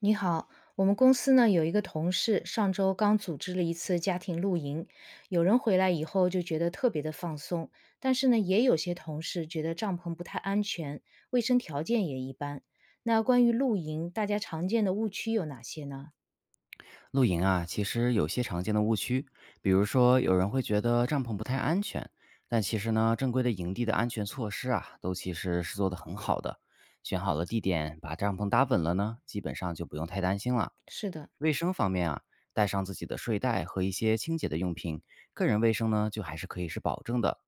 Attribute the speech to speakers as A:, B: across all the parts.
A: 你好，我们公司呢有一个同事，上周刚组织了一次家庭露营，有人回来以后就觉得特别的放松，但是呢，也有些同事觉得帐篷不太安全，卫生条件也一般。那关于露营，大家常见的误区有哪些呢？
B: 露营啊，其实有些常见的误区，比如说有人会觉得帐篷不太安全，但其实呢，正规的营地的安全措施啊，都其实是做得很好的。选好了地点，把帐篷搭稳了呢，基本上就不用太担心了。
A: 是的，
B: 卫生方面啊，带上自己的睡袋和一些清洁的用品，个人卫生呢，就还是可以是保证的。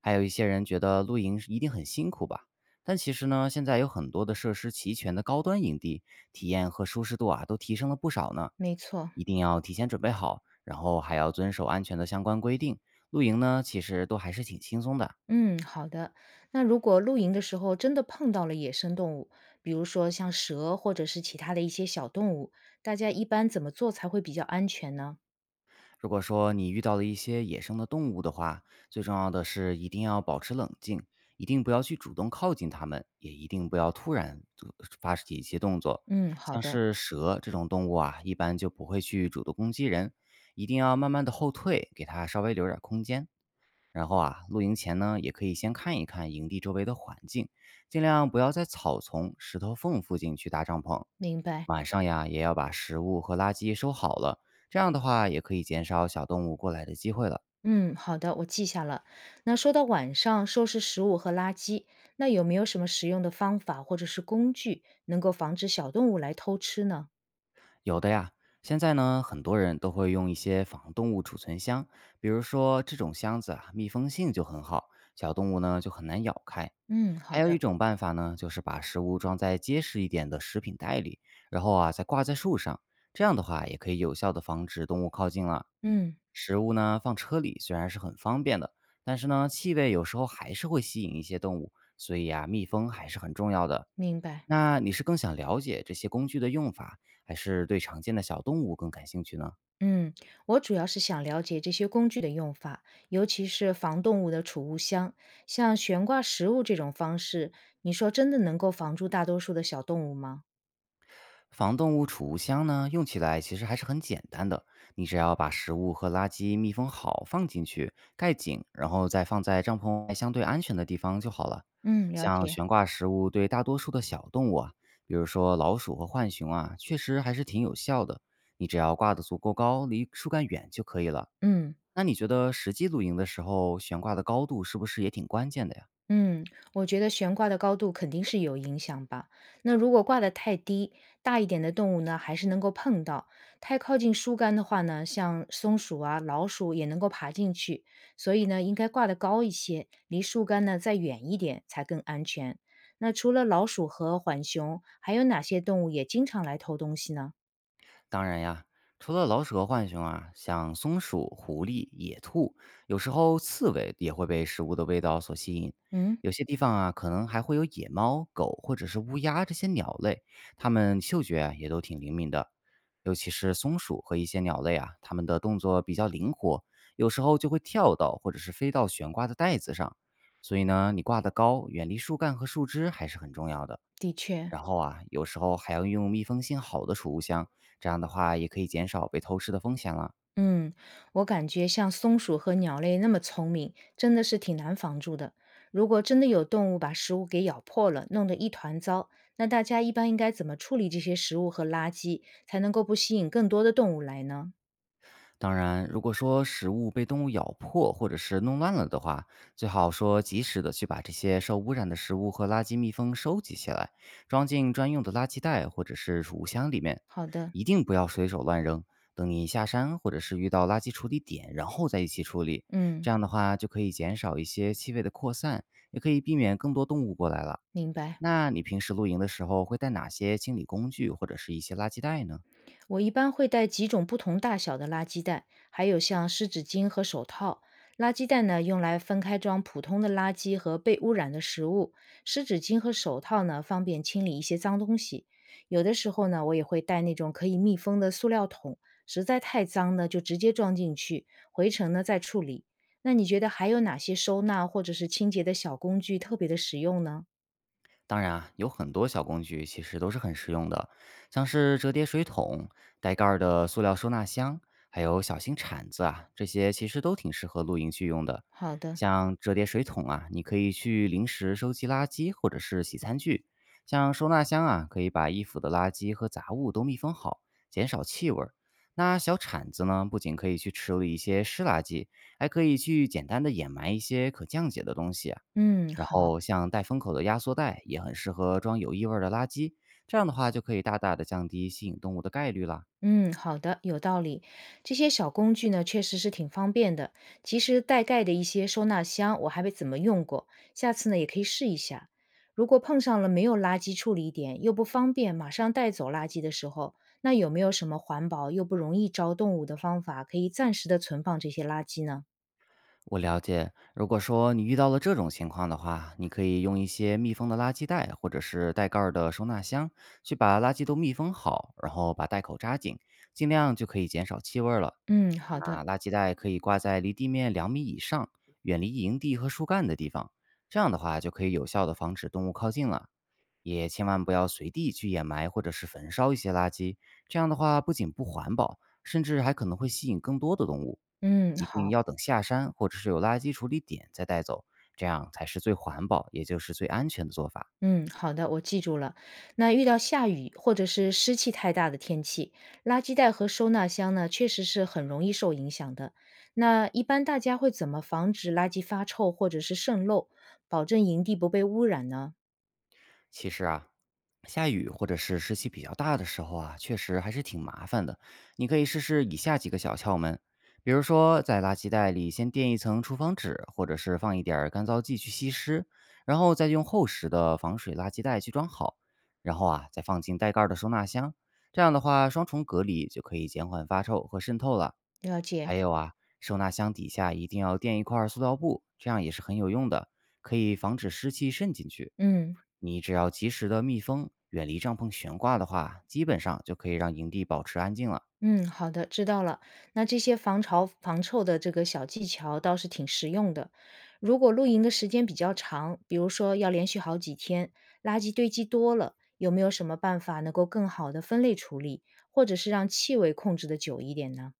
B: 还有一些人觉得露营是一定很辛苦吧，但其实呢，现在有很多的设施齐全的高端营地，体验和舒适度啊，都提升了不少呢。
A: 没错。
B: 一定要提前准备好，然后还要遵守安全的相关规定。露营呢，其实都还是挺轻松的。
A: 嗯，好的。那如果露营的时候真的碰到了野生动物，比如说像蛇或者是其他的一些小动物，大家一般怎么做才会比较安全呢？
B: 如果说你遇到了一些野生的动物的话，最重要的是一定要保持冷静，一定不要去主动靠近它们，也一定不要突然做发起一些动作。
A: 嗯，好
B: 像
A: 的，
B: 是蛇这种动物啊，一般就不会去主动攻击人，一定要慢慢的后退，给它稍微留点儿空间。然后啊，露营前呢，也可以先看一看营地周围的环境，尽量不要在草丛、石头缝附近去搭帐篷。
A: 明白。
B: 晚上呀，也要把食物和垃圾收好了，这样的话也可以减少小动物过来的机会了。
A: 嗯，好的，我记下了。那说到晚上收拾食物和垃圾，那有没有什么实用的方法或者是工具能够防止小动物来偷吃呢？
B: 有的呀，现在呢，很多人都会用一些防动物储存箱，比如说这种箱子啊，密封性就很好，小动物呢就很难咬开。
A: 嗯，好
B: 还有一
A: 的，
B: 种办法呢，就是把食物装在结实一点的食品袋里，然后啊再挂在树上，这样的话也可以有效的防止动物靠近了。
A: 嗯，
B: 食物呢放车里虽然是很方便的，但是呢气味有时候还是会吸引一些动物，所以啊密封还是很重要的。
A: 明白。
B: 那你是更想了解这些工具的用法，还是对常见的小动物更感兴趣呢？
A: 嗯，我主要是想了解这些工具的用法，尤其是防动物的储物箱，像悬挂食物这种方式，你说真的能够防住大多数的小动物吗？
B: 防动物储物箱呢，用起来其实还是很简单的。你只要把食物和垃圾密封好，放进去，盖紧，然后再放在帐篷外相对安全的地方就好了。
A: 嗯，了
B: 像
A: 解。
B: 悬挂食物对大多数的小动物啊，比如说老鼠和浣熊啊，确实还是挺有效的。你只要挂得足够高，离树干远就可以了。
A: 嗯。
B: 那你觉得实际露营的时候，悬挂的高度是不是也挺关键的呀？
A: 嗯，我觉得悬挂的高度肯定是有影响吧。那如果挂得太低，大一点的动物呢还是能够碰到；太靠近树干的话呢，像松鼠啊、老鼠也能够爬进去。所以呢，应该挂得高一些，离树干呢再远一点才更安全。那除了老鼠和浣熊，还有哪些动物也经常来偷东西呢？
B: 当然呀，除了老鼠和浣熊啊，像松鼠、狐狸、野兔，有时候刺猬也会被食物的味道所吸引。
A: 嗯，
B: 有些地方啊，可能还会有野猫、狗或者是乌鸦这些鸟类，它们嗅觉啊也都挺灵敏的。尤其是松鼠和一些鸟类啊，它们的动作比较灵活，有时候就会跳到或者是飞到悬挂的袋子上。所以呢，你挂得高，远离树干和树枝还是很重要的。
A: 的确，
B: 然后啊，有时候还要用密封性好的储物箱，这样的话也可以减少被偷吃的风险了。
A: 嗯，我感觉像松鼠和鸟类那么聪明，真的是挺难防住的。如果真的有动物把食物给咬破了，弄得一团糟，那大家一般应该怎么处理这些食物和垃圾，才能够不吸引更多的动物来呢？
B: 当然，如果说食物被动物咬破或者是弄乱了的话，最好说及时的去把这些受污染的食物和垃圾密封收集起来，装进专用的垃圾袋或者是储物箱里面，
A: 好的，
B: 一定不要随手乱扔。等你下山或者是遇到垃圾处理点，然后再一起处理，
A: 嗯，
B: 这样的话就可以减少一些气味的扩散，也可以避免更多动物过来了。
A: 明白。
B: 那你平时露营的时候会带哪些清理工具或者是一些垃圾袋呢？
A: 我一般会带几种不同大小的垃圾袋，还有像湿纸巾和手套。垃圾袋呢，用来分开装普通的垃圾和被污染的食物；湿纸巾和手套呢，方便清理一些脏东西。有的时候呢，我也会带那种可以密封的塑料桶，实在太脏呢，就直接装进去，回程呢再处理。那你觉得还有哪些收纳或者是清洁的小工具特别的实用呢？
B: 当然啊，有很多小工具其实都是很实用的，像是折叠水桶、带盖儿的塑料收纳箱，还有小型铲子啊，这些其实都挺适合露营去用的。
A: 好的，
B: 像折叠水桶啊，你可以去临时收集垃圾或者是洗餐具；像收纳箱啊，可以把衣服的垃圾和杂物都密封好，减少气味儿。那小铲子呢，不仅可以去处理一些湿垃圾，还可以去简单的掩埋一些可降解的东西啊。
A: 嗯，
B: 然
A: 好。
B: 后像带封口的压缩袋也很适合装有异味儿的垃圾，这样的话就可以大大的降低吸引动物的概率啦。
A: 嗯，好的，有道理。这些小工具呢，确实是挺方便的。其实带盖的一些收纳箱，我还没怎么用过，下次呢也可以试一下。如果碰上了没有垃圾处理点，又不方便马上带走垃圾的时候，那有没有什么环保又不容易招动物的方法，可以暂时的存放这些垃圾呢？
B: 我了解，如果说你遇到了这种情况的话，你可以用一些密封的垃圾袋或者是带盖儿的收纳箱，去把垃圾都密封好，然后把袋口扎紧，尽量就可以减少气味儿了。
A: 嗯，好的，
B: 那垃圾袋可以挂在离地面2米以上、远离营地和树干的地方，这样的话就可以有效的防止动物靠近了。也千万不要随地去掩埋或者是焚烧一些垃圾，这样的话不仅不环保，甚至还可能会吸引更多的动物。
A: 嗯，
B: 一定
A: 好。
B: 要等下山或者是有垃圾处理点再带走，这样才是最环保，也就是最安全的做法。
A: 嗯，好的，我记住了。那遇到下雨或者是湿气太大的天气，垃圾袋和收纳箱呢，确实是很容易受影响的。那一般大家会怎么防止垃圾发臭或者是渗漏，保证营地不被污染呢？
B: 其实啊，下雨或者是湿气比较大的时候啊，确实还是挺麻烦的。你可以试试以下几个小窍门，比如说在垃圾袋里先垫一层厨房纸，或者是放一点儿干燥剂去吸湿，然后再用厚实的防水垃圾袋去装好，然后啊再放进带盖儿的收纳箱。这样的话，双重隔离就可以减缓发臭和渗透了。
A: 了解，
B: 还有啊，收纳箱底下一定要垫一块儿塑料布，这样也是很有用的，可以防止湿气渗进去。
A: 嗯。
B: 你只要及时的密封，远离帐篷悬挂的话，基本上就可以让营地保持安静了。
A: 嗯，好的，知道了。那这些防潮防臭的这个小技巧倒是挺实用的。如果露营的时间比较长，比如说要连续好几天，垃圾堆积多了，有没有什么办法能够更好的分类处理，或者是让气味控制的久一点呢？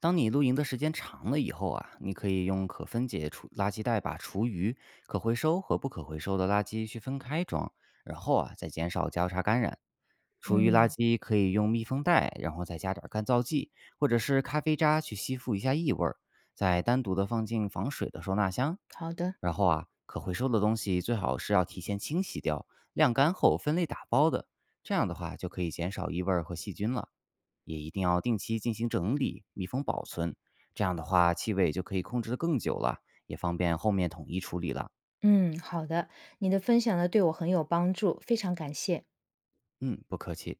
B: 当你露营的时间长了以后啊，你可以用可分解厨垃圾袋把厨余、可回收和不可回收的垃圾去分开装，然后啊再减少交叉感染。厨余垃
A: 嗯，
B: 圾可以用密封袋，然后再加点儿干燥剂或者是咖啡渣去吸附一下异味儿，再单独的放进防水的收纳箱。
A: 好的，
B: 然后啊，可回收的东西最好是要提前清洗掉，晾干后分类打包的，这样的话就可以减少异味儿和细菌了。也一定要定期进行整理、密封保存，这样的话气味就可以控制的更久了，也方便后面统一处理了。
A: 嗯，好的，你的分享呢对我很有帮助，非常感谢。
B: 嗯，不客气。